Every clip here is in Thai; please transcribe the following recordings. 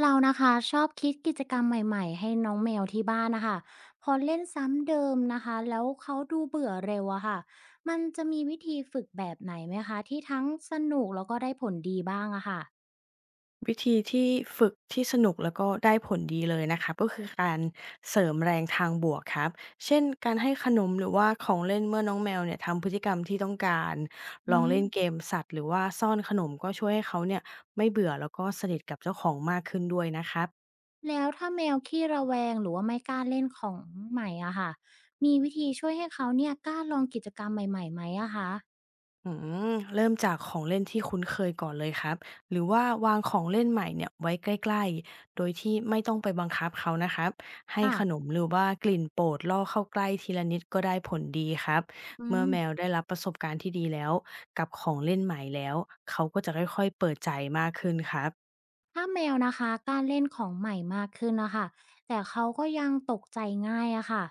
เรานะคะชอบคิดกิจกรรมใหม่ๆให้น้องแมวที่บ้านนะคะพอเล่นซ้ำเดิมนะคะแล้วเขาดูเบื่อเร็วอะค่ะมันจะมีวิธีฝึกแบบไหนไหมคะที่ทั้งสนุกแล้วก็ได้ผลดีบ้างอะค่ะวิธีที่ฝึกที่สนุกแล้วก็ได้ผลดีเลยนะคะก็คือการเสริมแรงทางบวกครับเช่นการให้ขนมหรือว่าของเล่นเมื่อน้องแมวเนี่ยทำพฤติกรรมที่ต้องการลอืองมเล่นเกมสัตว์หรือว่าซ่อนขนมก็ช่วยให้เขาเนี่ยไม่เบื่อแล้วก็สนิทกับเจ้าของมากขึ้นด้วยนะครับ แล้วถ้าแมวขี้ระแวงหรือว่าไม่กล้าเล่นของใหม่อะค่ะมีวิธีช่วยให้เขาเนี่ยกล้าลองกิจกรรมใหม่ๆไหมอะคะอืมเริ่มจากของเล่นที่คุ้นเคยก่อนเลยครับหรือว่าวางของเล่นใหม่เนี่ยไว้ใกล้ๆโดยที่ไม่ต้องไปบังคับเขานะครับให้ค่ะขนมหรือว่ากลิ่นโปรดล่อเข้าใกล้ทีละนิดก็ได้ผลดีครับอืเมื่อม แมวได้รับประสบการณ์ที่ดีแล้วกับของเล่นใหม่แล้วเขาก็จะค่อยๆเปิดใจมากขึ้นครับ ถ้าแมวนะคะกล้าเล่นของใหม่มากขึ้นนะคะแต่เขาก็ยังตกใจง่ายอะค่ะ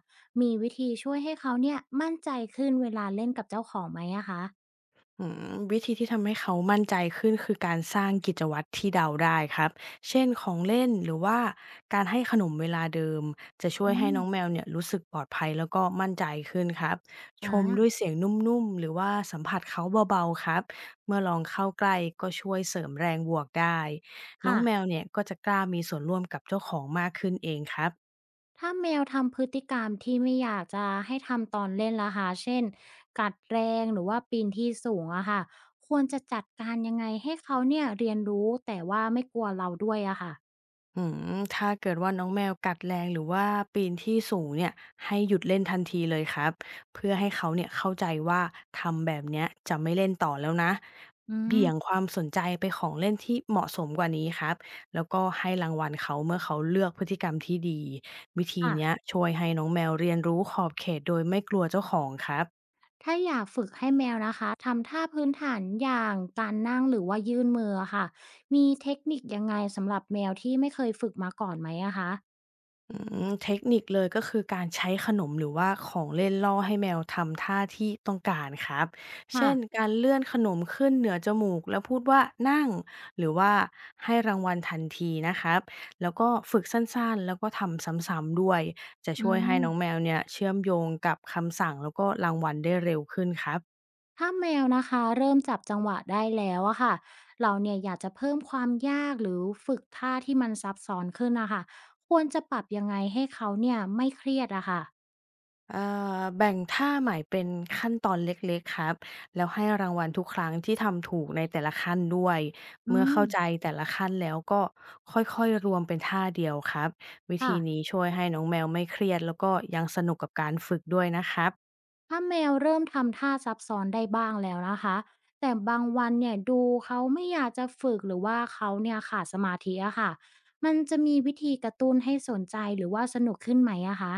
มีวิธีช่วยให้เขาเนี่ยมั่นใจขึ้นเวลาเล่นกับเจ้าของไหมอะคะวิธีที่ทำให้เขามั่นใจขึ้นคือการสร้างกิจวัตรที่เดาได้ครับเช่นของเล่นหรือว่าการให้ขนมเวลาเดิมจะช่วยอืให้มน้องแมวเนี่ยรู้สึกปลอดภัยแล้วก็มั่นใจขึ้นครับอชมด้วย่าเสียงนุ่มๆหรือว่าสัมผัสเขาเบาๆครับเมื่อลองเข้าใกล้ก็ช่วยเสริมแรงบวกได้น้ค่ะองแมวเนี่ยก็จะกล้ามีส่วนร่วมกับเจ้าของมากขึ้นเองครับ ถ้าแมวทำพฤติกรรมที่ไม่อยากจะให้ทำตอนเล่นละคะเช่นกัดแรงหรือว่าปีนที่สูงอะค่ะควรจะจัดการยังไงให้เขาเนี่ยเรียนรู้แต่ว่าไม่กลัวเราด้วยอะค่ะอืมถ้าเกิดว่าน้องแมวกัดแรงหรือว่าปีนที่สูงเนี่ยให้หยุดเล่นทันทีเลยครับเพื่อให้เขาเนี่ยเข้าใจว่าทำแบบเนี้ยจะไม่เล่นต่อแล้วนะอืเบี่ยงคมวามสนใจไปของเล่นที่เหมาะสมกว่านี้ครับแล้วก็ให้รางวัลเขาเมื่อเขาเลือกพฤติกรรมที่ดีวิธีค่ะ เนี้ยช่วยให้น้องแมวเรียนรู้ขอบเขตโดยไม่กลัวเจ้าของครับ ถ้าอยากฝึกให้แมวนะคะทำท่าพื้นฐานอย่างการนั่งหรือว่ายื่นมืออะค่ะมีเทคนิคยังไงสำหรับแมวที่ไม่เคยฝึกมาก่อนไหมอะคะอืเทคนิคเลยก็คือการใช้ขนมหรือว่าของเล่นล่อให้แมวทำท่าที่ต้องการครับค่ะเช่นการเลื่อนขนมขึ้นเหนือจมูกแล้วพูดว่านั่งหรือว่าให้รางวัลทันทีนะครับแล้วก็ฝึกสั้นๆแล้วก็ทำซ้ำๆด้วยจะอืช่วยให้น้องแมมวเนี่ยเชื่อมโยงกับคำสั่งแล้วก็รางวัลได้เร็วขึ้นครับ ถ้าแมวนะคะเริ่มจับจังหวะได้แล้วอะค่ะเราเนี่ยอยากจะเพิ่มความยากหรือฝึกท่าที่มันซับซ้อนขึ้นนะคะควรจะปรับยังไงให้เขาเนี่ยไม่เครียดอะค่ะอ่แบ่งท่าใหม่เป็นขั้นตอนเล็กๆครับแล้วให้รางวัลทุกครั้งที่ทำถูกในแต่ละขั้นด้วยอืเมื่อมเข้าใจแต่ละขั้นแล้วก็ค่อยๆรวมเป็นท่าเดียวครับวิค่ะ ธีนี้ช่วยให้น้องแมวไม่เครียดแล้วก็ยังสนุกกับการฝึกด้วยนะครับ ถ้าแมวเริ่มทำท่าซับซ้อนได้บ้างแล้วนะคะแต่บางวันเนี่ยดูเขาไม่อยากจะฝึกหรือว่าเขาเนี่ยขาดสมาธิอะค่ะมันจะมีวิธีกระตุ้นให้สนใจหรือว่าสนุกขึ้นไหมอะคะ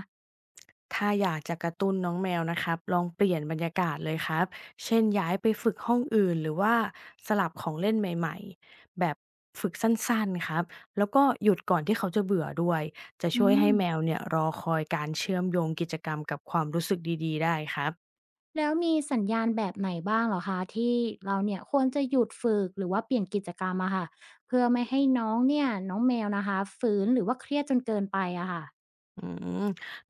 ถ้าอยากจะกระตุ้นน้องแมวนะครับลองเปลี่ยนบรรยากาศเลยครับ เช่นย้ายไปฝึกห้องอื่นหรือว่าสลับของเล่นใหม่ๆแบบฝึกสั้นๆครับ แล้วก็หยุดก่อนที่เขาจะเบื่อด้วย จะอืช่วยมให้แมวเนี่ยรอคอยการเชื่อมโยงกิจกรรมกับความรู้สึกดีๆได้ครับ แล้วมีสัญญาณแบบไหนบ้างเหรอคะที่เราเนี่ยควรจะหยุดฝึกหรือว่าเปลี่ยนกิจกรรมอะค่ะเพื่อไม่ให้น้องแมวนะคะฝืนหรือว่าเครียดจนเกินไปอะค่ะอืม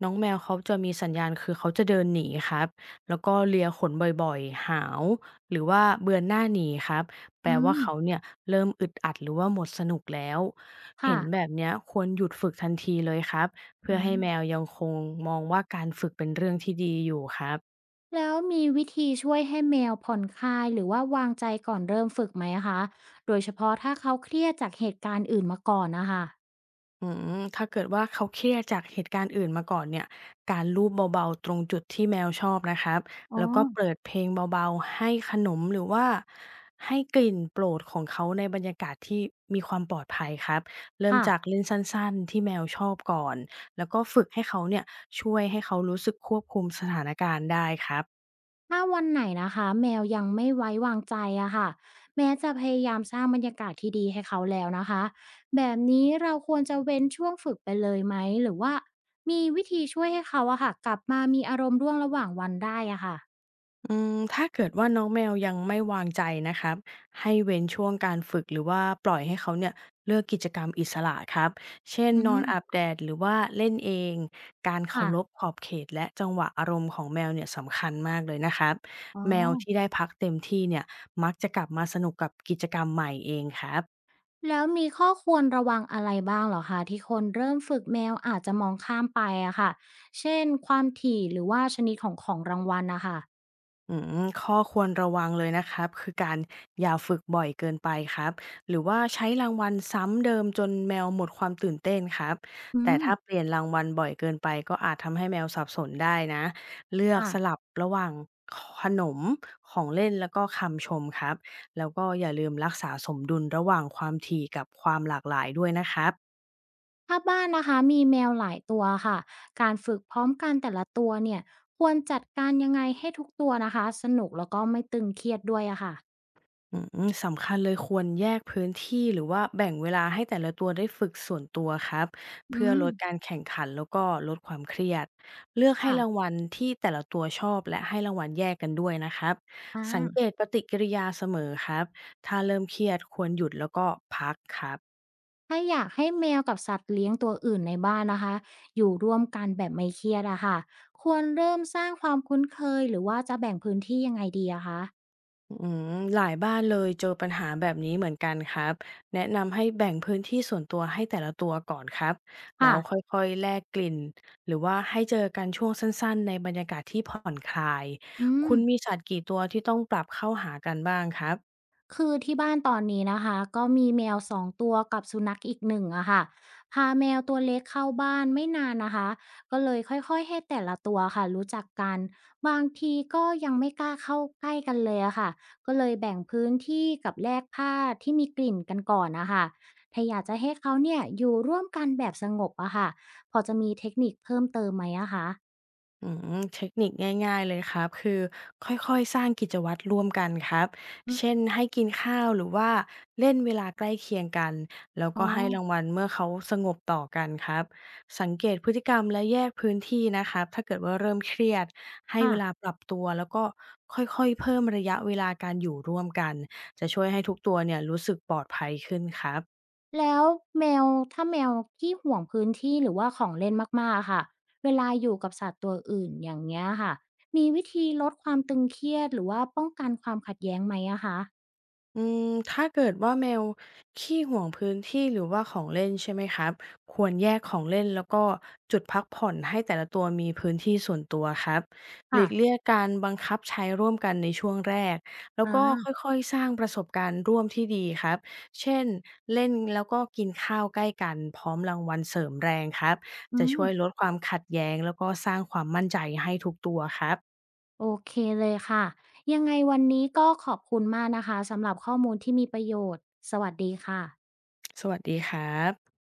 น้องแมวเขาจะมีสัญญาณคือเขาจะเดินหนีครับ แล้วก็เลียขนบ่อยๆหาว หรือว่าเบือนหน้าหนีครับ แปอืลว่ามเขาเนี่ยเริ่มอึดอัดหรือว่าหมดสนุกแล้ว ค่ะเห็นแบบเนี้ยควรหยุดฝึกทันทีเลยครับ เพื่อให้อา แมวยังคงมองว่าการฝึกเป็นเรื่องที่ดีอยู่ครับ แล้วมีวิธีช่วยให้แมวผ่อนคลายหรือว่าวางใจก่อนเริ่มฝึกไหมคะ โดยเฉพาะถ้าเขาเครียดจากเหตุการณ์อื่นมาก่อนนะคะอืถ้าเกิดว่าเขาเครียดจากเหตุการณ์อื่นมาก่อนเนี่ยการลูบเบาๆตรงจุดที่แมวชอบนะครับอ๋อแล้วก็เปิดเพลงเบาๆให้ขนมหรือว่าให้กลิ่นโปรดของเขาในบรรยากาศที่มีความปลอดภัยครับเริ่มจากค่ะเล่นสั้นๆที่แมวชอบก่อน แล้วก็ฝึกให้เขาเนี่ยช่วยให้เขารู้สึกควบคุมสถานการณ์ได้ครับ ถ้าวันไหนนะคะแมวยังไม่ไว้วางใจอะค่ะแม้จะพยายามสร้างบรรยากาศที่ดีให้เขาแล้วนะคะ แบบนี้เราควรจะเว้นช่วงฝึกไปเลยไหมหรือว่ามีวิธีช่วยให้เขาอะค่ะกลับมามีอารมณ์ร่วมระหว่างวันได้อะค่ะถ้าเกิดว่าน้องแมวยังไม่วางใจนะครับให้เว้นช่วงการฝึกหรือว่าปล่อยให้เขาเนี่ยเลือกกิจกรรมอิสระครับเช่นอืนอนมอาบแดดหรือว่าเล่นเองการเคาค่ะรพขอบเขตและจังหวะอารมณ์ของแมวเนี่ยสำคัญมากเลยนะครับอ๋อ แมวที่ได้พักเต็มที่เนี่ยมักจะกลับมาสนุกกับกิจกรรมใหม่เองครับ แล้วมีข้อควรระวังอะไรบ้างเหรอคะที่คนเริ่มฝึกแมวอาจจะมองข้ามไปอะค่ะเช่นความถี่หรือว่าชนิดของของรางวัลนะคะอืข้อควรระวังเลยนะครับคือการอย่าฝึกบ่อยเกินไปครับหรือว่าใช้รางวัลซ้ำเดิมจนแมวหมดความตื่นเต้นครับอืแต่มถ้าเปลี่ยนรางวัลบ่อยเกินไปก็อาจทำให้แมวสับสนได้นะเลือกสลัค่ะบระหว่างขนมของเล่นแล้วก็คำชมครับแล้วก็อย่าลืมรักษาสมดุลระหว่างความถี่กับความหลากหลายด้วยนะครับ ถ้าบ้านนะคะมีแมวหลายตัวค่ะการฝึกพร้อมกันแต่ละตัวเนี่ยควรจัดการยังไงให้ทุกตัวนะคะสนุกแล้วก็ไม่ตึงเครียดด้วยอะค่ะอืสำคัญเลยควรแยกพื้นที่หรือว่าแบ่งเวลาให้แต่ละตัวได้ฝึกส่วนตัวครับอืเพื่อมลดการแข่งขันแล้วก็ลดความเครียดเลือกให้ค่ะรางวัลที่แต่ละตัวชอบและให้รางวัลแยกกันด้วยนะครับอ่สังเกา ตปฏิกิริยาเสมอครับถ้าเริ่มเครียดควรหยุดแล้วก็พักครับ ถ้าอยากให้แมวกับสัตว์เลี้ยงตัวอื่นในบ้านนะคะอยู่ร่วมกันแบบไม่เครียดอะค่ะควรเริ่มสร้างความคุ้นเคยหรือว่าจะแบ่งพื้นที่ยังไงดีอะคะอืมหลายบ้านเลยเจอปัญหาแบบนี้เหมือนกันครับแนะนำให้แบ่งพื้นที่ส่วนตัวให้แต่ละตัวก่อนครับแล้ค่ะวค่อยๆแลกกลิ่นหรือว่าให้เจอกันช่วงสั้นๆในบรรยากาศที่ผ่อนคลายอืม คุณมีสัตว์กี่ตัวที่ต้องปรับเข้าหากันบ้างครับ คือที่บ้านตอนนี้นะคะก็มีแมวสองตัวกับสุนัขอีกหนึ่งอะค่ะพาแมวตัวเล็กเข้าบ้านไม่นานนะคะก็เลยค่อยๆให้แต่ละตัวค่ะรู้จักกันบางทีก็ยังไม่กล้าเข้าใกล้กันเลยอะค่ะก็เลยแบ่งพื้นที่กับแลกผ้าที่มีกลิ่นกันก่อนนะคะถ้าอยากจะให้เขาเนี่ยอยู่ร่วมกันแบบสงบอะค่ะพอจะมีเทคนิคเพิ่มเติมไหมอะคะอืเทคนิคง่ายๆเลยครับคือค่อยๆสร้างกิจวัตรร่วมกันครับเช่อนให้กินข้าวหรือว่าเล่นเวลาใกล้เคียงกันแล้วอ๋อก็ให้รางวัลเมื่อเขาสงบต่อกันครับสังเกตพฤติกรรมและแยกพื้นที่นะครับถ้าเกิดว่าเริ่มเครียดให้เวลาค่ะ ปรับตัวแล้วก็ค่อยๆเพิ่มระยะเวลาการอยู่ร่วมกันจะช่วยให้ทุกตัวเนี่ยรู้สึกปลอดภัยขึ้นครับ แล้วแมวถ้าแมวที่ห่วงพื้นที่หรือว่าของเล่นมากๆอะค่ะเวลาอยู่กับสัตว์ตัวอื่นอย่างเงี้ยค่ะมีวิธีลดความตึงเครียดหรือว่าป้องกันความขัดแย้งไหมอะคะอืมถ้าเกิดว่าแมวขี้หวงพื้นที่หรือว่าของเล่นใช่ไหมครับควรแยกของเล่นแล้วก็จุดพักผ่อนให้แต่ละตัวมีพื้นที่ส่วนตัวครับหค่ะลีกเลี่ยงการบังคับใช้ร่วมกันในช่วงแรกแล้วอาก็ค่อยๆสร้างประสบการณ์ร่วมที่ดีครับเช่นเล่นแล้วก็กินข้าวใกล้กันพร้อมรางวัลเสริมแรงครับอืจะมช่วยลดความขัดแย้งแล้วก็สร้างความมั่นใจให้ทุกตัวครับโอเคเลยค่ะยังไงวันนี้ก็ขอบคุณมากนะคะสำหรับข้อมูลที่มีประโยชน์สวัสดีค่ะสวัสดีครับ